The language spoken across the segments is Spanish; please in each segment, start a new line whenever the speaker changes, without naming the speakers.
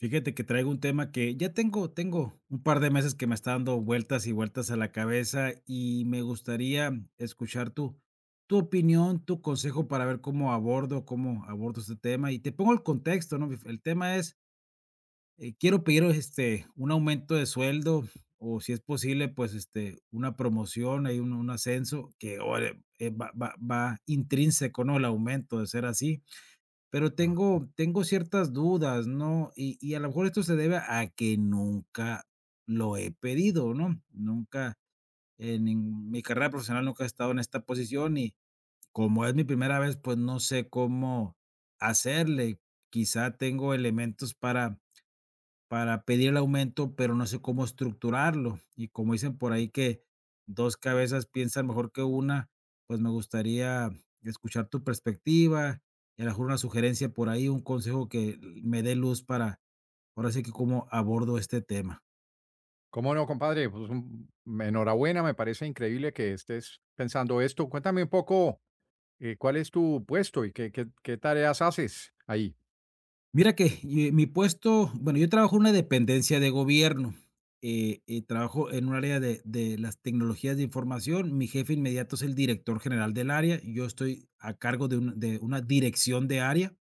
Fíjate que traigo un tema que ya tengo un par de meses que me está dando vueltas y vueltas a la cabeza, y me gustaría escuchar tu opinión, tu consejo para ver cómo abordo este tema. Y te pongo el contexto, ¿no? El tema es, quiero pedir, este, un aumento de sueldo o, si es posible, pues, este, una promoción, hay un ascenso que, órale, va intrínseco, ¿no?, el aumento de ser así. Pero
Ah,
tengo ciertas dudas, ¿no? Y a lo mejor esto se debe a que nunca lo he pedido, ¿no? Nunca en nin mi carrera profesional nunca he estado en esta posición y como es mi primera vez, pues, no sé cómo hacerle. Quizá tengo elementos para pedir el aumento, pero no sé cómo estructurarlo. Y como dicen por ahí que 2 cabezas piensan mejor que una, pues, me gustaría escuchar tu perspectiva, y a lo mejor una sugerencia por ahí, un consejo que me dé luz para, ahora sí que cómo abordo este tema.
¿cómo no, compadre? Pues enhorabuena, me parece increíble que estés pensando esto. Cuéntame un poco cuál es tu puesto y qué tareas haces ahí.
Mira que, mi puesto bueno, yo trabajo en una dependencia de gobierno, y trabajo en un área de las tecnologías de información. Mi jefe inmediato es el director general del área, yo estoy a cargo de un de una dirección de área.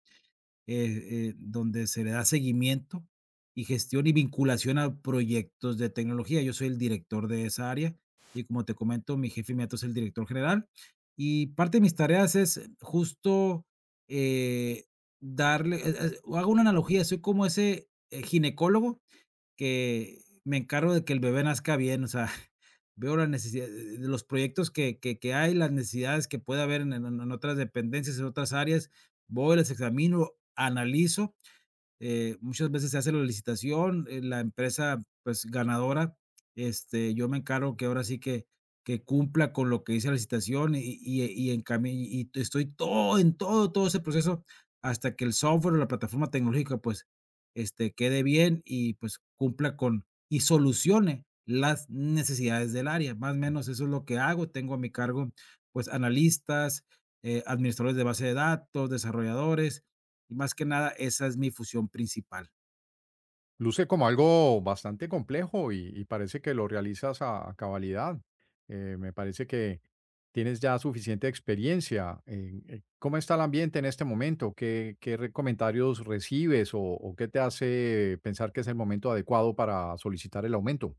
Donde se le da seguimiento y gestión y vinculación a proyectos de tecnología. Yo soy el director de esa área y como te comento, mi jefe inmediato es el director general y parte de mis tareas es justo eh, darle, hago una analogía, soy como ese ginecólogo que me encargo de que el bebé nazca bien, o sea, veo la necesidad de los proyectos que que hay, las necesidades que puede haber en en otras dependencias, en otras áreas, voy, las examino, analizo muchas veces se hace la licitación, la empresa, pues, ganadora, este, yo me encargo que ahora sí que cumpla con lo que dice la licitación y y encami estoy todo en todo, todo ese proceso hasta que el software o la plataforma tecnológica, pues, este, quede bien y, pues, cumpla con y solucione las necesidades del área. Más o menos eso es lo que hago. Tengo a mi cargo, pues, analistas, administradores de base de datos, desarrolladores, y más que nada, esa es mi fusión principal.
Luce como algo bastante complejo y parece que lo realizas a cabalidad. Me parece que tienes ya suficiente experiencia. En ¿Cómo está el ambiente en este momento? ¿Qué comentarios recibes o qué te hace pensar que es el momento adecuado para solicitar el aumento?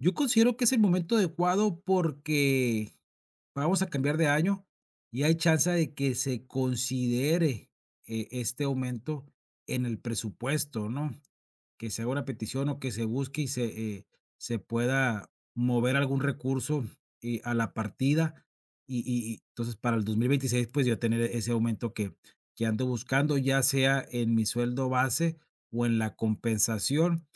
Yo considero que es el momento adecuado porque vamos a cambiar de año y hay chance de que se considere este aumento en el presupuesto, ¿no? Que se haga una petición o que se busque y se, eh, se pueda mover algún recurso a la partida. Y, y entonces para el 2026 pues yo tener ese aumento que ando buscando, ya sea en mi sueldo base o en la compensación.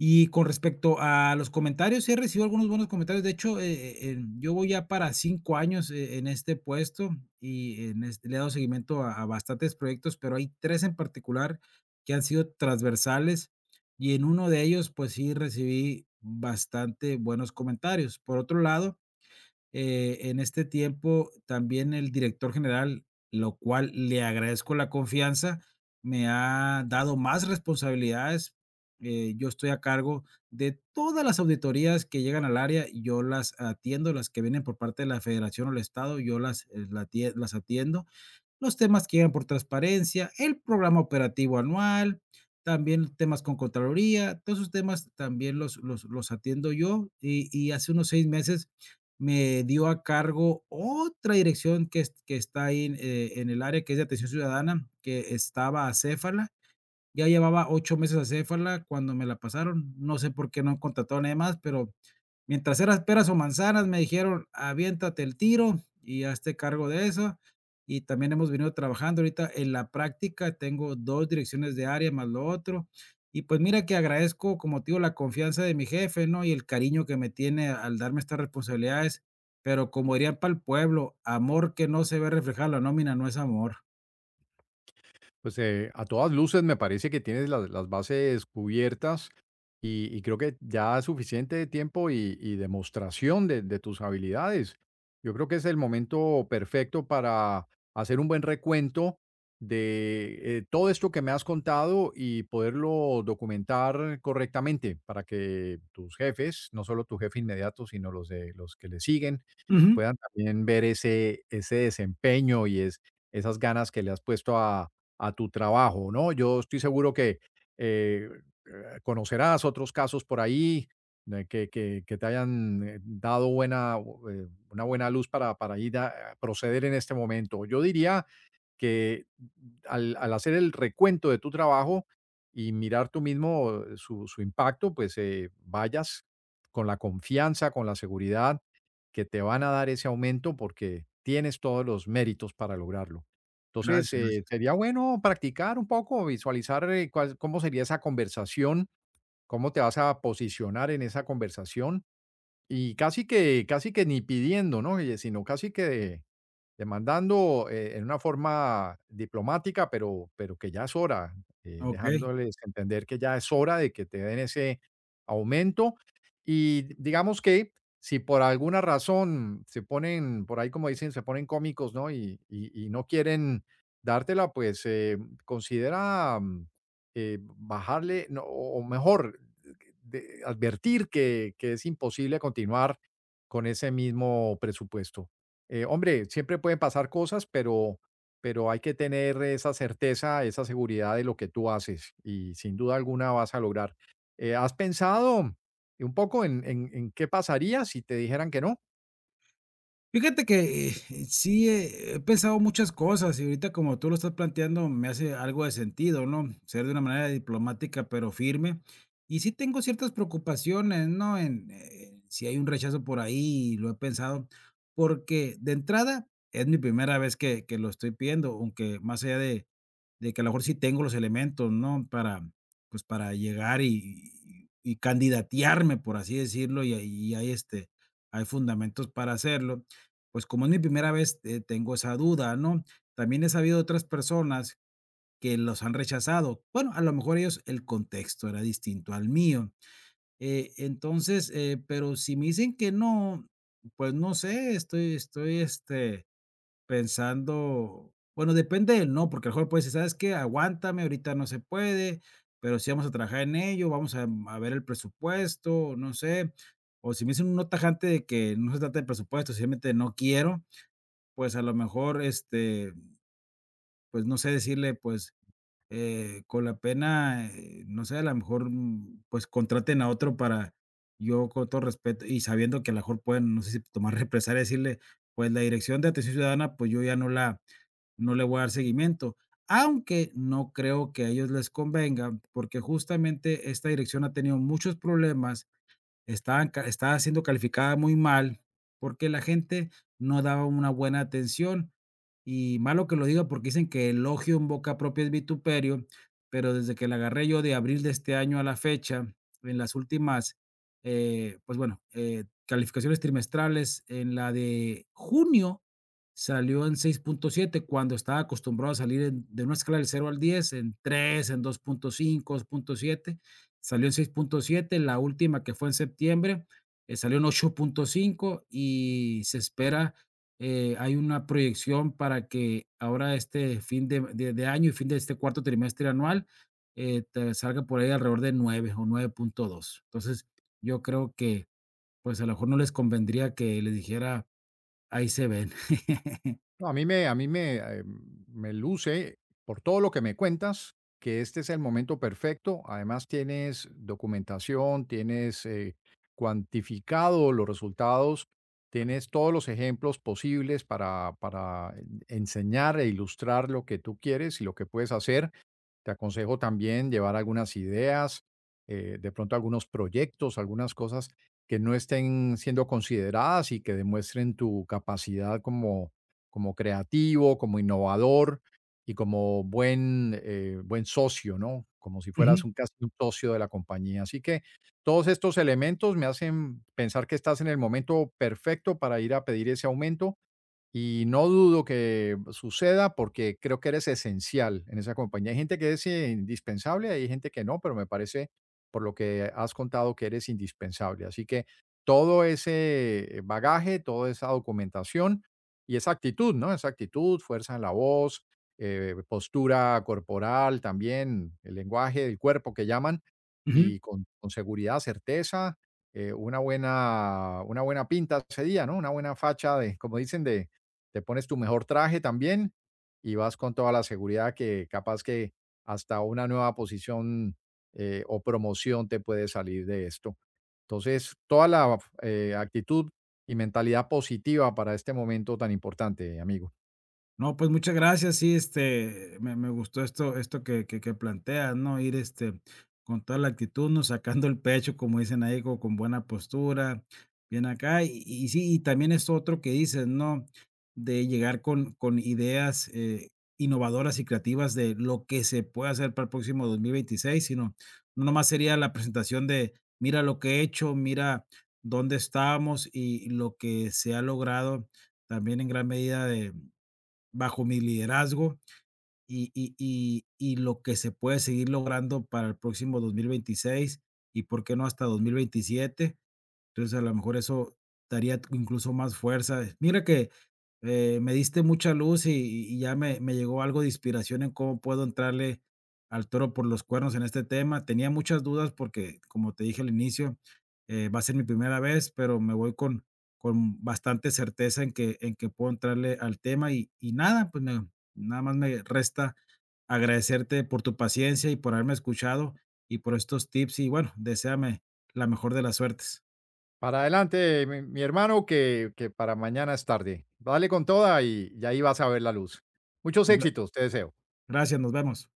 Y con respecto a los comentarios, sí he recibido algunos buenos comentarios. De hecho, yo voy ya para 5 años en este puesto y en le he dado seguimiento a bastantes proyectos, pero hay tres en particular que han sido transversales y en uno de ellos, pues sí recibí bastante buenos comentarios. Por otro lado, en este tiempo también el director general, lo cual le agradezco la confianza, me ha dado más responsabilidades. Yo estoy a cargo de todas las auditorías que llegan al área, yo las atiendo, las que vienen por parte de la federación o el estado, yo las, las atiendo los temas que llegan por transparencia, el programa operativo anual, también temas con Contraloría, todos esos temas también los atiendo yo y hace unos 6 meses me dio a cargo otra dirección que, que está ahí en el área que es de atención ciudadana, que estaba acéfala, ya llevaba 8 meses acéfala cuando me la pasaron. No sé por qué no contrataron a nadie más, pero mientras eras peras o manzanas, me dijeron: "Aviéntate el tiro y hazte cargo de eso". Y también hemos venido trabajando ahorita en la práctica, tengo 2 direcciones de área más lo otro. Y pues mira que agradezco, como te digo, la confianza de mi jefe, ¿no? Y el cariño que me tiene al darme estas responsabilidades, pero como dirían para el pueblo: "Amor que no se ve reflejado en la nómina no es amor".
Pues, a todas luces me parece que tienes las bases cubiertas y creo que ya es suficiente tiempo y demostración de tus habilidades. Yo creo que es el momento perfecto para hacer un buen recuento de, todo esto que me has contado y poderlo documentar correctamente para que tus jefes, no solo tu jefe inmediato, sino los de los que le siguen,
Ujú.
puedan también ver ese desempeño y es esas ganas que le has puesto a tu trabajo, ¿no? Yo estoy seguro que, eh, conocerás otros casos por ahí, que te hayan, dado buena, una buena luz para ir a proceder en este momento. Yo diría que al hacer el recuento de tu trabajo y mirar tú mismo, su impacto, pues, vayas con la confianza, con la seguridad que te van a dar ese aumento porque tienes todos los méritos para lograrlo.
Gracias,
Entonces,
gracias.
sería bueno practicar un poco, visualizar, cómo sería esa conversación, cómo te vas a posicionar en esa conversación y casi que ni pidiendo, ¿no? Oye, sino casi que demandando, en una forma diplomática, pero que ya es hora,
Okey.
dejándoles entender que ya es hora de que te den ese aumento. Y digamos que si por alguna razón se ponen, por ahí como dicen, se ponen cómicos, ¿no? Y no quieren dártela, pues, considera, bajarle, no, o mejor, de advertir que es imposible continuar con ese mismo presupuesto. Hombre, siempre pueden pasar cosas, pero hay que tener esa certeza, esa seguridad de lo que tú haces y sin duda alguna vas a lograr. ¿Has pensado un poco en, en qué pasaría si te dijeran que no?
Fíjate que, sí he pensado muchas cosas, y ahorita como tú lo estás planteando, me hace algo de sentido, ¿no? Ser de una manera diplomática, pero firme. Y sí tengo ciertas preocupaciones, ¿no? En, si hay un rechazo por ahí, lo he pensado, porque de entrada es mi primera vez que lo estoy pidiendo, aunque más allá de que a lo mejor sí tengo los elementos, ¿no? Para, pues, para llegar y y candidatearme, por así decirlo, y ahí hay, este, hay fundamentos para hacerlo. Pues, como es mi primera vez, tengo esa duda, ¿no? También he sabido de otras personas que los han rechazado. Bueno, a lo mejor ellos el contexto era distinto al mío. Entonces, pero si me dicen que no, pues no sé, estoy, este, pensando bueno, depende del no, porque a lo mejor puedes decir: "¿Sabes qué? Aguántame, ahorita no se puede, pero sí vamos a trabajar en ello, vamos a ver el presupuesto", no sé. O si me dicen un no tajante de que no se trata de presupuesto, simplemente no quiero, pues, a lo mejor, este, pues, no sé, decirle, pues, con la pena, no sé, a lo mejor, pues, contraten a otro para yo con todo respeto y sabiendo que a lo mejor pueden, no sé si tomar represalia decirle, pues, la Dirección de Atención Ciudadana, pues, yo ya no la no le voy a dar seguimiento. Aunque no creo que a ellos les convenga, porque justamente esta dirección ha tenido muchos problemas. Estaba siendo calificada muy mal, porque la gente no daba una buena atención. Y malo que lo diga, porque dicen que elogio en boca propia es vituperio, pero desde que la agarré yo de abril de este año a la fecha, en las últimas, pues bueno, calificaciones trimestrales, en la de junio salió en 6,7 cuando estaba acostumbrado a salir en de una escala del 0 al 10 en 3 en 2,5 2,7. Salió en seis punto siete la última que fue en septiembre, salió en 8,5 y se espera, hay una proyección para que ahora este fin de, de año y fin de este cuarto trimestre anual te salga por ahí alrededor de 9 o 9,2. Entonces, yo creo que pues a lo mejor no les convendría que les dijera, ahí se ven.
No, a mí me, me luce, por todo lo que me cuentas, que este es el momento perfecto. Además, tienes documentación, tienes, cuantificado los resultados, tienes todos los ejemplos posibles para enseñar e ilustrar lo que tú quieres y lo que puedes hacer. Te aconsejo también llevar algunas ideas, de pronto algunos proyectos, algunas cosas que no estén siendo consideradas y que demuestren tu capacidad como, como creativo, como innovador y como buen, buen socio, ¿no? Como si
Ujú,
fueras un casi un socio de la compañía. Así que todos estos elementos me hacen pensar que estás en el momento perfecto para ir a pedir ese aumento y no dudo que suceda porque creo que eres esencial en esa compañía. Hay gente que es, indispensable, hay gente que no, pero me parece, por lo que has contado, que eres indispensable. Así que todo ese bagaje, toda esa documentación y esa actitud, ¿no? Esa actitud, fuerza en la voz, postura corporal también, el lenguaje del cuerpo que llaman,
ujú.
y con seguridad, certeza, una buena pinta ese día, ¿no? Una buena facha de, como dicen, de, te pones tu mejor traje también y vas con toda la seguridad que capaz que hasta una nueva posición, o promoción te puede salir de esto. Entonces, toda la, actitud y mentalidad positiva para este momento tan importante, amigo.
No, pues muchas gracias. Sí, este, me gustó esto, esto que, que planteas, ¿no? Ir este, con toda la actitud, ¿no? Sacando el pecho, como dicen ahí, con, buena postura, bien acá. Y sí, y también es otro que dices, ¿no? De llegar con ideas innovadoras y creativas de lo que se puede hacer para el próximo 2026 sino no nomás sería la presentación de, mira lo que he hecho, mira dónde estamos y lo que se ha logrado también en gran medida bajo mi liderazgo y y lo que se puede seguir logrando para el próximo 2026 y, ¿por qué no?, hasta 2027. Entonces, a lo mejor eso daría incluso más fuerza. Mira que, me diste mucha luz y ya me llegó algo de inspiración en cómo puedo entrarle al toro por los cuernos en este tema. Tenía muchas dudas porque, como te dije al inicio, va a ser mi primera vez, pero me voy con bastante certeza en que puedo entrarle al tema y nada, pues, na nada más me resta agradecerte por tu paciencia y por haberme escuchado y por estos tips y, bueno, deséame la mejor de las suertes.
Para adelante, mi hermano, que para mañana es tarde. Dale con toda y ahí vas a ver la luz. Muchos éxitos, te deseo.
Gracias, nos vemos.